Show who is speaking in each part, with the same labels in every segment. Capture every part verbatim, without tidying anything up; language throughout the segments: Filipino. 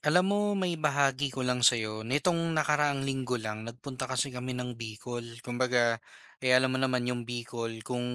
Speaker 1: Alam mo, may bahagi ko lang sa'yo. Nitong nakaraang linggo lang, nagpunta kasi kami ng Bicol. Kumbaga, eh alam mo naman yung Bicol, kung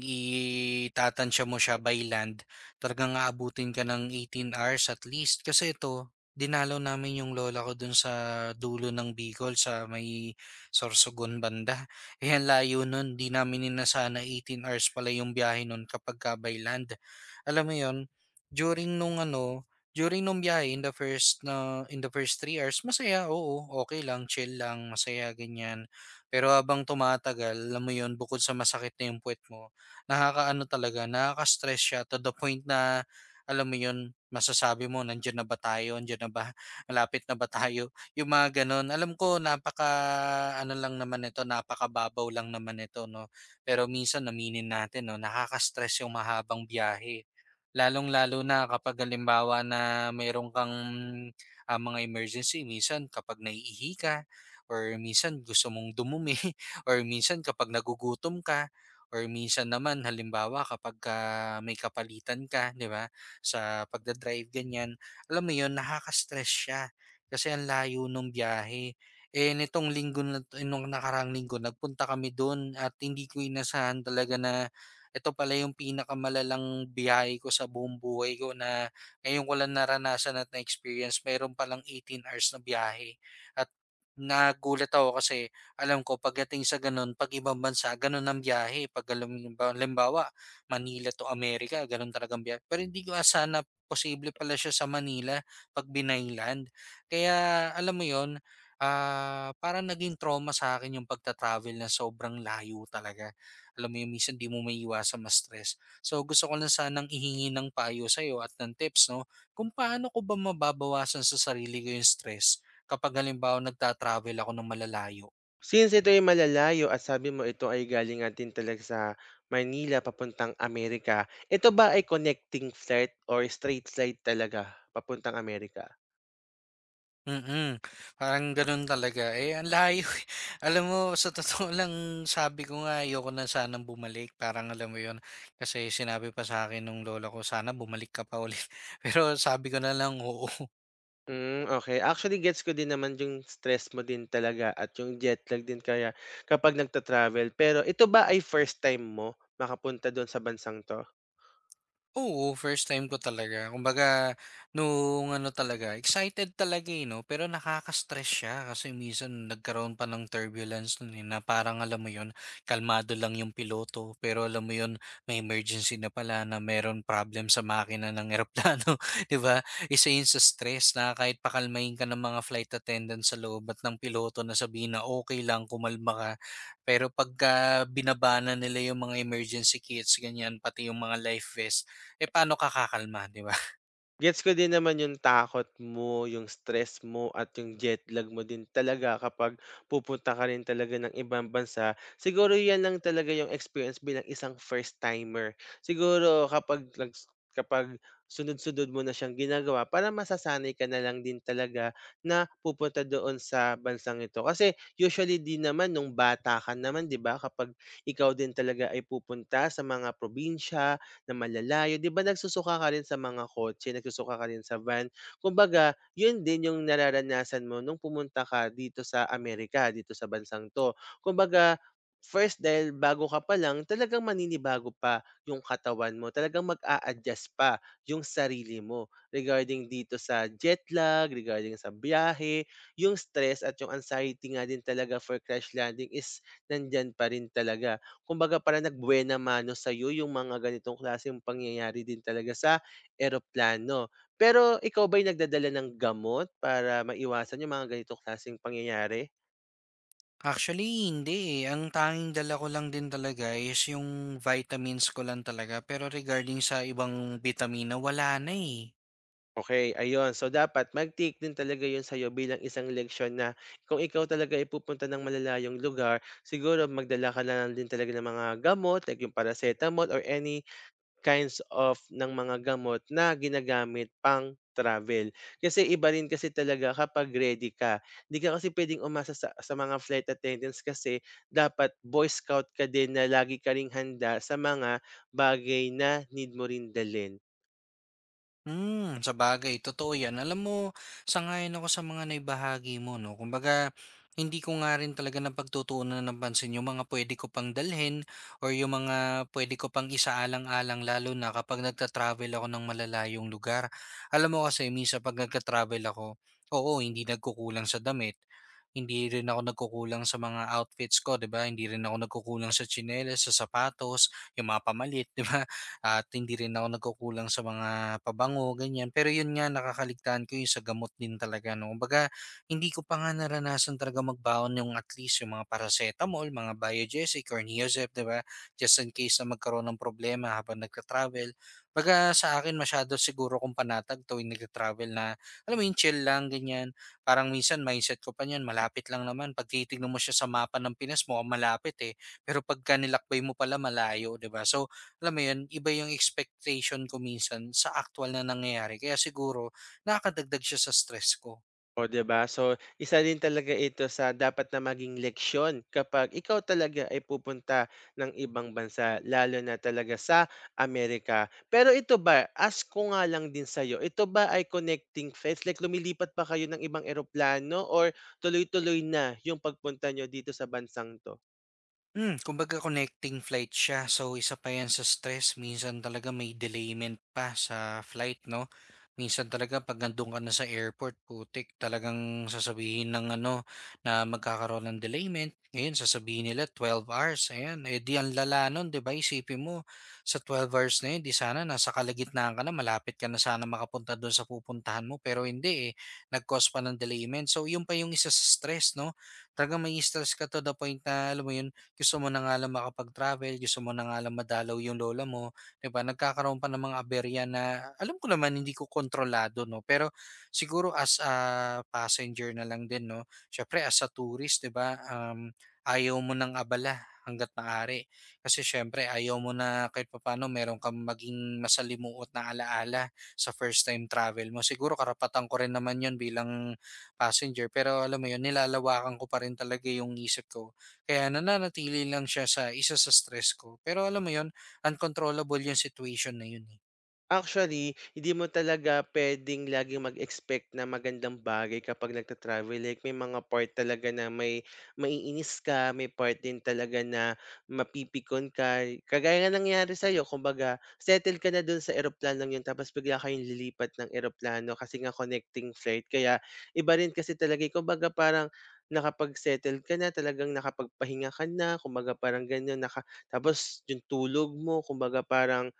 Speaker 1: itatansya mo siya by land, talagang aabutin ka ng eighteen hours at least. Kasi ito, dinalaw namin yung lola ko dun sa dulo ng Bicol, sa may Sorsogon banda. Eh, ang layo nun, di namin inasana eighteen hours pala yung biyahe nun kapag ka by land. Alam mo yon during nung ano, During nung biyahe in the first na in the first three hours masaya, oo, okay lang, chill lang, masaya ganyan. Pero habang tumatagal, alam mo yun, bukod sa masakit na yung puwet mo, nakakaano talaga, nakaka-stress siya to the point na, alam mo yun, masasabi mo, "Nandiyan na ba tayo, andiyan na ba, malapit na ba tayo?" Yung mga gano'n. Alam ko napaka-ano lang naman nito, napakababaw lang naman nito 'no, pero minsan aminin natin 'no, nakaka-stress yung mahabang biyahe. Lalong-lalo na kapag halimbawa na meron kang, ah, mga emergency minsan kapag naiihi ka or minsan gusto mong dumumi or minsan kapag nagugutom ka or minsan naman halimbawa kapag kapagka may kapalitan ka, 'di ba, sa pagda-drive ganyan. Alam mo 'yun, nakaka-stress siya kasi ang layo nung biyahe. Eh, nitong linggo na nung nakarang linggo nagpunta kami dun at hindi ko inasahan talaga na ito pala yung pinakamalalang biyahe ko sa buong buhay ko na ngayon ko lang naranasan at na-experience. Meron palang eighteen hours na biyahe. At nagulat ako kasi alam ko pagdating sa ganun, pag ibang bansa, ganun ang biyahe. Pag halimbawa, halimbawa, Manila to America, ganun talagang biyahe. Pero hindi ko asana posible pala siya sa Manila pag binayland. Kaya alam mo yon ah parang naging trauma sa akin yung pagta-travel na sobrang layo talaga. Alam mo yun minsan 'di mo maiiwasang ma-stress. So gusto ko lang sanang ihingi ng payo sa'yo at ng tips 'no, kung paano ko ba mababawasan sa sarili ko yung stress kapag halimbawa nagta-travel ako ng malalayo.
Speaker 2: Since ito ay malalayo at sabi mo ito ay galing nga din talaga sa Manila papuntang Amerika, ito ba ay connecting flight or straight flight talaga papuntang Amerika?
Speaker 1: Mm, parang gano'n talaga, eh, ang layo, Alam mo sa totoo lang sabi ko nga ayoko na sanang bumalik parang alam mo yun, kasi sinabi pa sa akin nung lola ko, "Sana bumalik ka pa ulit." Pero sabi ko na lang, "Oo."
Speaker 2: Hmm, okey. Actually gets ko din naman yung stress mo din talaga at yung jet lag din kaya kapag nagta-travel. Pero ito ba ay first time mo makapunta dun sa bansang 'to?
Speaker 1: Oo, first time ko talaga. Kumbaga, nung ano talaga, excited talaga eh, no? Pero nakaka-stress siya kasi minsan nagkaroon pa ng turbulence nun eh, na parang alam mo yun, kalmado lang yung piloto. Pero alam mo yon, may emergency na pala na meron problem sa makina ng eroplano. di ba? Isa yun sa stress na kahit pakalmahin ka ng mga flight attendant sa loob at ng piloto na sabihin na okay lang, kumalma ka. Pero pagka binabana nila yung mga emergency kits, ganyan, pati yung mga life vest, eh, paano ka kakalma, 'di ba?
Speaker 2: Gets ko din naman yung takot mo, yung stress mo, at yung jet lag mo din talaga kapag pupunta ka rin talaga ng ibang bansa. Siguro yan lang talaga yung experience bilang isang first timer. Siguro kapag nags kapag sunod-sunod mo na siyang ginagawa, parang masasanay ka na lang din talaga na pupunta doon sa bansang ito. Kasi usually din naman nung bata ka naman, 'di ba, kapag ikaw din talaga ay pupunta sa mga probinsya na malalayo, 'di ba nagsusuka ka rin sa mga kotse, nagsusuka ka rin sa van. Kumbaga, 'yun din 'yung nararanasan mo nung pumunta ka dito sa Amerika, dito sa bansang 'to. Kumbaga, first dahil bago ka pa lang, talagang maninibago pa 'yung katawan mo, talagang mag-a-adjust pa 'yung sarili mo regarding dito sa jet lag, regarding sa biyahe, 'yung stress at 'yung anxiety nga din talaga for crash landing is nandiyan pa rin talaga. Kumbaga parang nagbuena mano sa sa'yo yung mga ganitong klaseng pangyayari din talaga sa eroplano. Pero ikaw ba'y nagdadala ng gamot para maiwasan yung mga ganitong klaseng pangyayari?
Speaker 1: Actually, hindi, eh. Ang tanging dala ko lang din talaga is yung vitamins ko lang talaga pero regarding sa ibang bitamina, wala na, eh.
Speaker 2: Okay, ayun. So, dapat mag-take din talaga yun sa'yo bilang isang leksyon na kung ikaw talaga ay pupunta ng malalayong lugar, siguro magdala ka na lang din talaga ng mga gamot like yung paracetamol or any kinds of ng mga gamot na ginagamit pang-travel. Kasi iba rin kasi talaga kapag ready ka. Hindi ka kasi puwedeng umasa sa sa mga flight attendants kasi dapat Boy Scout ka din na lagi ka ring handa sa mga bagay na need mo rin dalhin.
Speaker 1: Hmm, sa sabagay totoo 'yan. Alam mo, sang-ayon ako sa mga naibahagi mo 'no. Kumbaga, hindi ko nga rin talaga napagtutuunan ng pansin yung mga puwede ko pang dalhin or yung mga puwede ko pang isaalang-alang lalo na kapag nagta-travel ako ng malalayong lugar. Alam mo kasi minsan 'pag nagta-travel ako, oo, hindi nagkukulang sa damit, hindi rin ako nagkukulang sa mga outfits ko, 'di ba? Hindi rin ako nagkukulang sa tsinelas, sa sapatos, yung mga pamalit, 'di ba? At hindi rin ako nagkukulang sa mga pabango, ganyan. Pero yun nga, nakakaligtaan ko yung sa gamot din talaga. No? Kumbaga, hindi ko pa nga naranasan talaga magbaon yung at least yung mga paracetamol, mga Biogesic or Neosep, di ba? Just in case na magkaroon ng problema habang nagka-travel. Baga sa akin masyado siguro kung panatag tuwing nagka-travel na, alam mo yung chill lang, ganyan. Parang minsan mindset ko pa niyan, malapit lang naman. Pag titignan mo siya sa mapa ng Pinas, mukhang malapit eh. Pero pag nilakbay mo pala, malayo, di ba? So, alam mo yun, iba yung expectation ko minsan sa aktuwal na nangyayari kaya siguro nakakadagdag siya sa stress ko.
Speaker 2: O 'di ba? So, isa din talaga ito sa dapat na maging leksyon kapag ikaw talaga ay pupunta ng ibang bansa, lalo na talaga sa Amerika. Pero ito ba, ask ko nga lang din sa'yo, ito ba ay connecting flights? Like lumilipat pa kayo ng ibang eroplano or tuloy-tuloy na yung pagpunta nyo dito sa bansang 'to?
Speaker 1: Hmm, kumbaga connecting flight siya. So, isa pa 'yan sa stress. Minsan talaga may delayment pa sa flight, 'no? Minsan talaga 'pag nando'n ka na sa airport, putik, talagang sasabihin ng ano, na magkakaroon ng delayment. Ngayon, sasabihin nila twelve hours, ayan. Eh, 'di ang lala no'n, 'di ba? Isipin mo, sa twelve hours na 'yun, 'di sana nasa kalagitnaan ka na, malapit ka na sana makapunta do'n sa pupuntahan mo, pero hindi, eh. Nag-cause pa ng delayment. So, 'yun pa yung isa sa stress, 'no? Talagang may stress ka to the point na, alam mo 'yun, gusto mo na nga lang makapag-travel, gusto mo na nga lang madalaw yung lola mo, 'di ba? Nagkakaroon pa ng mga aberya na alam ko naman hindi ko kontrolado, no? Pero siguro as a passenger na lang din, no? Syempre as a tourist, 'di ba? Um, ayaw mo ng abala hanggat maaari. Kasi syempre, ayaw mo na kahit papano meron kang maging masalimuot na alaala sa first time travel mo. Siguro karapatan ko rin naman yun bilang passenger. Pero alam mo yun, nilalawakan ko pa rin talaga yung isip ko kaya nananatili lang siya sa isa sa stress ko. Pero alam mo yon uncontrollable 'yung situation na 'yun, eh.
Speaker 2: Actually, hindi mo talaga puwedeng laging mag-expect na magandang bagay kapag nagta-travel, like may mga part talaga na may maiinis ka, may part din talaga na mapipikon ka. Kagaya nga nangyari sa'yo kumbaga settle ka na dun sa eroplanong yun tapos bigla kayong lilipat ng eroplano kasi nga connecting flight kaya iba rin kasi talaga, eh. Kumbaga parang nakapag-settle ka na, talagang nakapagpahinga ka na, kumbaga parang ganyan naka tapos yung tulog mo kumbaga parang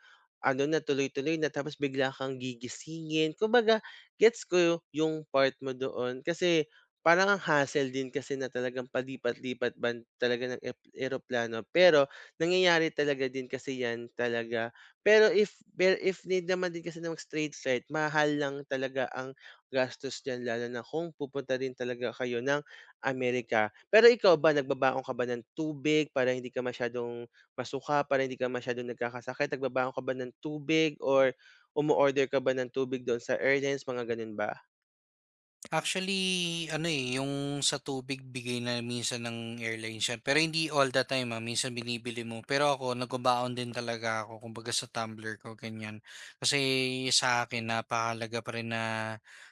Speaker 2: ano na tuloy-tuloy na tapos bigla kang gigisingin. Kumbaga gets ko yung part mo doon kasi parang ang hassle din kasi na talagang palipat-lipat ban talaga ng ep eroplano. Pero nangyayari talaga din kasi 'yan talaga. Pero if pero if need naman din kasi ng straight flight mahal lang talaga ang gastos diyan lalo na kung pupunta din talaga kayo ng Amerika. Pero ikaw ba nagbabaon ka ba ng tubig para hindi ka masyadong masuka para hindi ka masyadong nagkakasakit? Nagbabaon ka ba ng tubig or umo-order ka ba ng tubig doon sa airlines mga gano'n ba?
Speaker 1: Actually, ano, eh, yung sa tubig bigay na minsan ng airline siya, pero hindi all the time, ah, minsan binibili mo. Pero ako nagbabaon din talaga ako kumbaga sa tumbler ko ganyan. Kasi sa akin napakahalaga pa rin na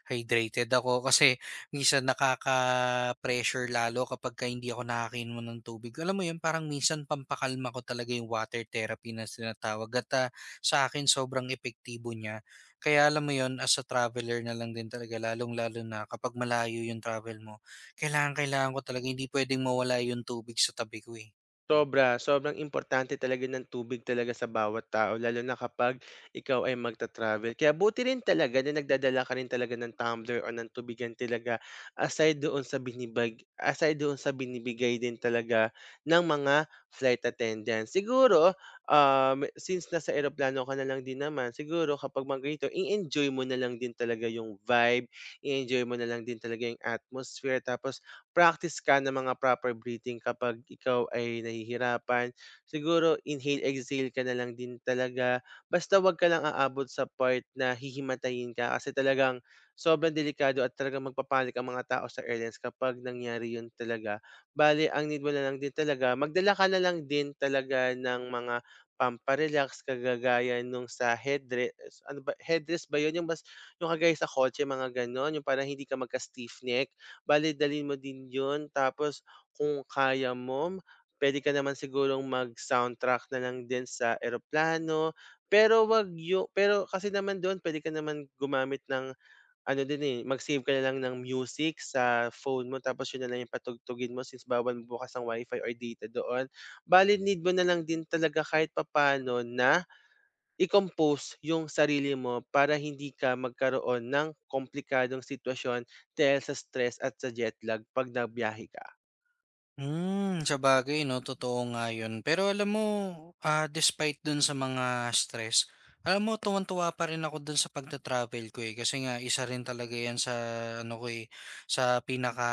Speaker 1: hydrated ako kasi minsan nakaka-pressure lalo kapagka hindi ako nakakainom ng tubig. Alam mo 'yun, parang minsan pampakalma ko talaga yung water therapy na sinatawag at, ah, sa akin sobrang epektibo niya. Kaya alam mo yon as a traveler na lang din talaga lalong-lalo na kapag malayo yung travel mo, kailangang-kailangan ko talaga hindi puwedeng mawala yung tubig sa tabi ko, eh.
Speaker 2: Sobra, sobrang importante talaga ng tubig talaga sa bawat tao lalo na kapag ikaw ay magta-travel. Kaya buti rin talaga na nagdadala ka rin talaga ng tumbler o ng tubigan talaga aside doon sa binibag aside doon sa binibigay din talaga ng mga flight attendants. Siguro, um, since nasa eroplano ka na lang din naman, siguro kapag mga ganito, i-enjoy mo na lang din talaga yung vibe, i-enjoy mo na lang din talaga yung atmosphere tapos practice ka ng mga proper breathing kapag ikaw ay nahihirapan. Siguro inhale, exhale ka na lang din talaga. Basta 'wag ka lang aabot sa part na hihimatayin ka kasi talagang sobrang delikado at talagang magpapanik ang mga tao sa airlines kapag nangyari yun talaga. Bale, ang need mo na lang din talaga, magdala ka na lang din talaga ng mga pamparelax kagagaya nung sa headrest. Ano ba? Headrest ba yun? Yung, mas, yung kagaya sa kotse, mga ganon. Yung parang hindi ka magka-stiff neck. Bale dalhin mo din 'yun tapos kung kaya mo, puwede ka naman sigurong mag-soundtrack na lang din sa eroplano. Pero wag yu pero kasi naman do'n puwede ka naman gumamit ng ano din, eh, mag-save ka na lang ng music sa phone mo tapos 'yun na lang yung patugtugin mo since bawal bukas ang wifi or data doon. Bale need mo na lang din talaga kahit papaano na i-compose yung sarili mo para hindi ka magkaroon ng komplikadong sitwasyon dahil sa stress at sa jet lag 'pag nagbiyahe ka.
Speaker 1: Hmm, sabagay 'no, totoo nga 'yun. Pero alam mo, ah, despite dun sa mga stress, alam mo tuwang-tuwa pa rin ako dun sa pagta-travel ko, eh. Kasi nga isa rin talaga 'yan sa ano ko, eh, sa pinaka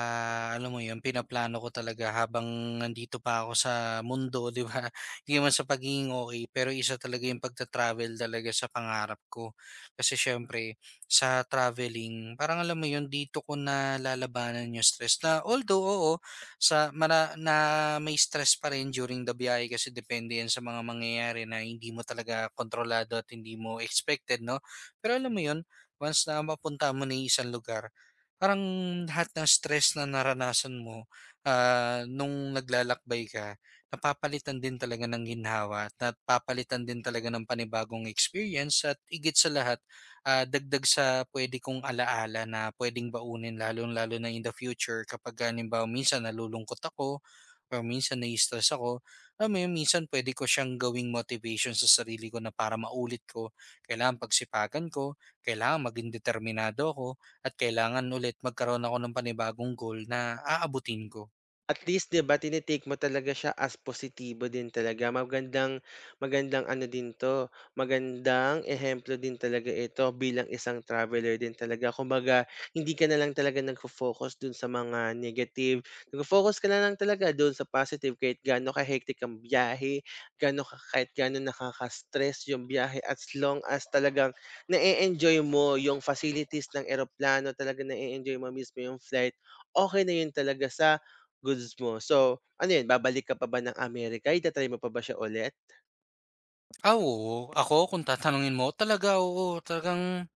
Speaker 1: alam mo 'yun, pinaplano ko talaga habang nandito pa ako sa mundo, 'di ba? Hindi naman sa pagiging okey, pero isa talaga 'yung pagta-travel talaga sa pangarap ko. Kasi siyempre sa traveling, parang alam mo 'yun, dito ko na nalalabanan 'yung stress na although oo, sa mana na may stress pa rin during the biyahe kasi depende yan sa mga mangyayari na hindi mo talaga kontrolado at hindi mo expected 'no. Pero alam mo yun, once na mapunta mo na yung isang lugar, parang lahat ng stress na naranasan mo, ah, nung naglalakbay ka, napapalitan din talaga ng ginhawa at napapalitan din talaga ng panibagong experience at igit sa lahat, ah, dagdag sa puwede kong ala-ala na puwedeng baunin lalong-lalo na in the future kapag halimbawa minsan nalulungkot ako or minsan nai-stress ako, alam mo yun, minsan puwede ko siyang gawing motivation sa sarili ko na para maulit ko. Kailangan pagsipagan ko, kailangan maging determinado ako, at kailangan ulit magkaroon ako ng panibagong goal na aabutin ko.
Speaker 2: At least 'di ba tini-take mo talaga siya as positibo din talaga, magandang magandang ano din 'to, magandang ehemplo din talaga ito bilang isang traveler din talaga. Kumbaga hindi ka na lang talaga nagfo-focus dun sa mga negative, nagfo-focus ka na lang talaga dun sa positive kahit gaano ka-hectic ang biyahe, gaano ka kahit gaano nakaka-stress yung biyahe as long as talagang na enjoy mo yung facilities ng eroplano, talagang na-e-enjoy mo mismo yung flight, okay na yun talaga sa goods mo. So, ano 'yun, babalik ka pa ba ng Amerika, ita mo pa ba siya ulit?
Speaker 1: Ah, oo. Ako kung tatanungin mo, talaga oo. Talagang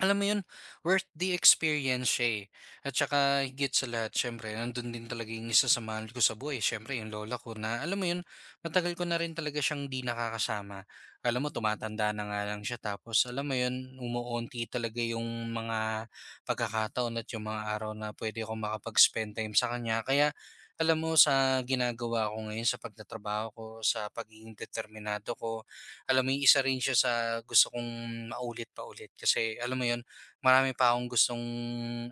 Speaker 1: Alam mo 'yun, worth the experience siya, eh. At saka higit sa lahat siyempre nandun din talaga yung isa sa mahal ko sa buhay siyempre yung lola ko na alam mo 'yun, matagal ko na rin talaga siyang 'di nakakasama. Alam mo tumatanda na nga lang siya tapos alam mo 'yun, umuunti talaga yung mga pagkakataon at yung mga araw na pwede akong makapag-spend time sa kanya. Kaya alam mo sa ginagawa ko ngayon sa pagtatrabaho ko, sa pagiging determinado ko alam mo yun, isa rin siya sa gusto kong maulit pa ulit kasi alam mo yun, marami pa akong gustong,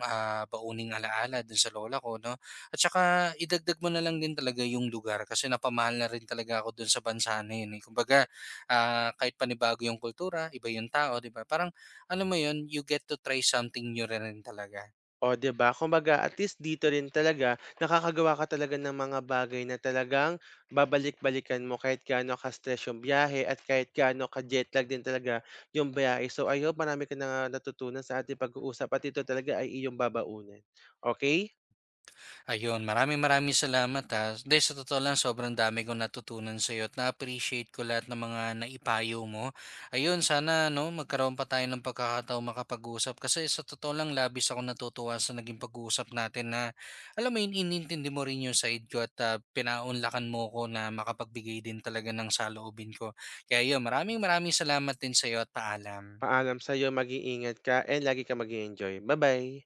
Speaker 1: ah, bauning alaala dun sa lola ko 'no. At saka idagdag mo na lang din talaga yung lugar kasi napamahal na rin talaga ako dun sa bansa na yun, eh. Kumbaga, ah, kahit panibago yung kultura, iba yung tao, 'di ba? Parang alam mo yun, you get to try something new na rin talaga.
Speaker 2: O 'di ba, kumbaga at least dito rin talaga nakakagawa ka talaga ng mga bagay na talagang babalik-balikan mo kahit gaano ka-stress yung biyahe at kahit gaano ka-jetlag din talaga yung biyahe. So, I hope marami ka na natutunan sa ating pag-uusap at ito talaga ay iyong babaunin. Okey?
Speaker 1: Ayun, maraming maraming salamat ha. Dahil sa totoo lang, sobrang dami kong natutunan sa iyo at na-appreciate ko lahat ng mga naipayo mo. Ayun, sana no, magkaroon pa tayo ng pagkakataon makapag-usap kasi sa totoo lang, labis ako natutuwa sa naging pag-uusap natin na alam mo yun, inintindi mo rin yung side ko at ah, pinaunlakan mo ko na makapagbigay din talaga ng saloobin ko. Kaya yun, maraming maraming salamat din sa iyo at paalam.
Speaker 2: Paalam sa'yo, mag-iingat ka and lagi ka mag-e-enjoy. Ba-bye.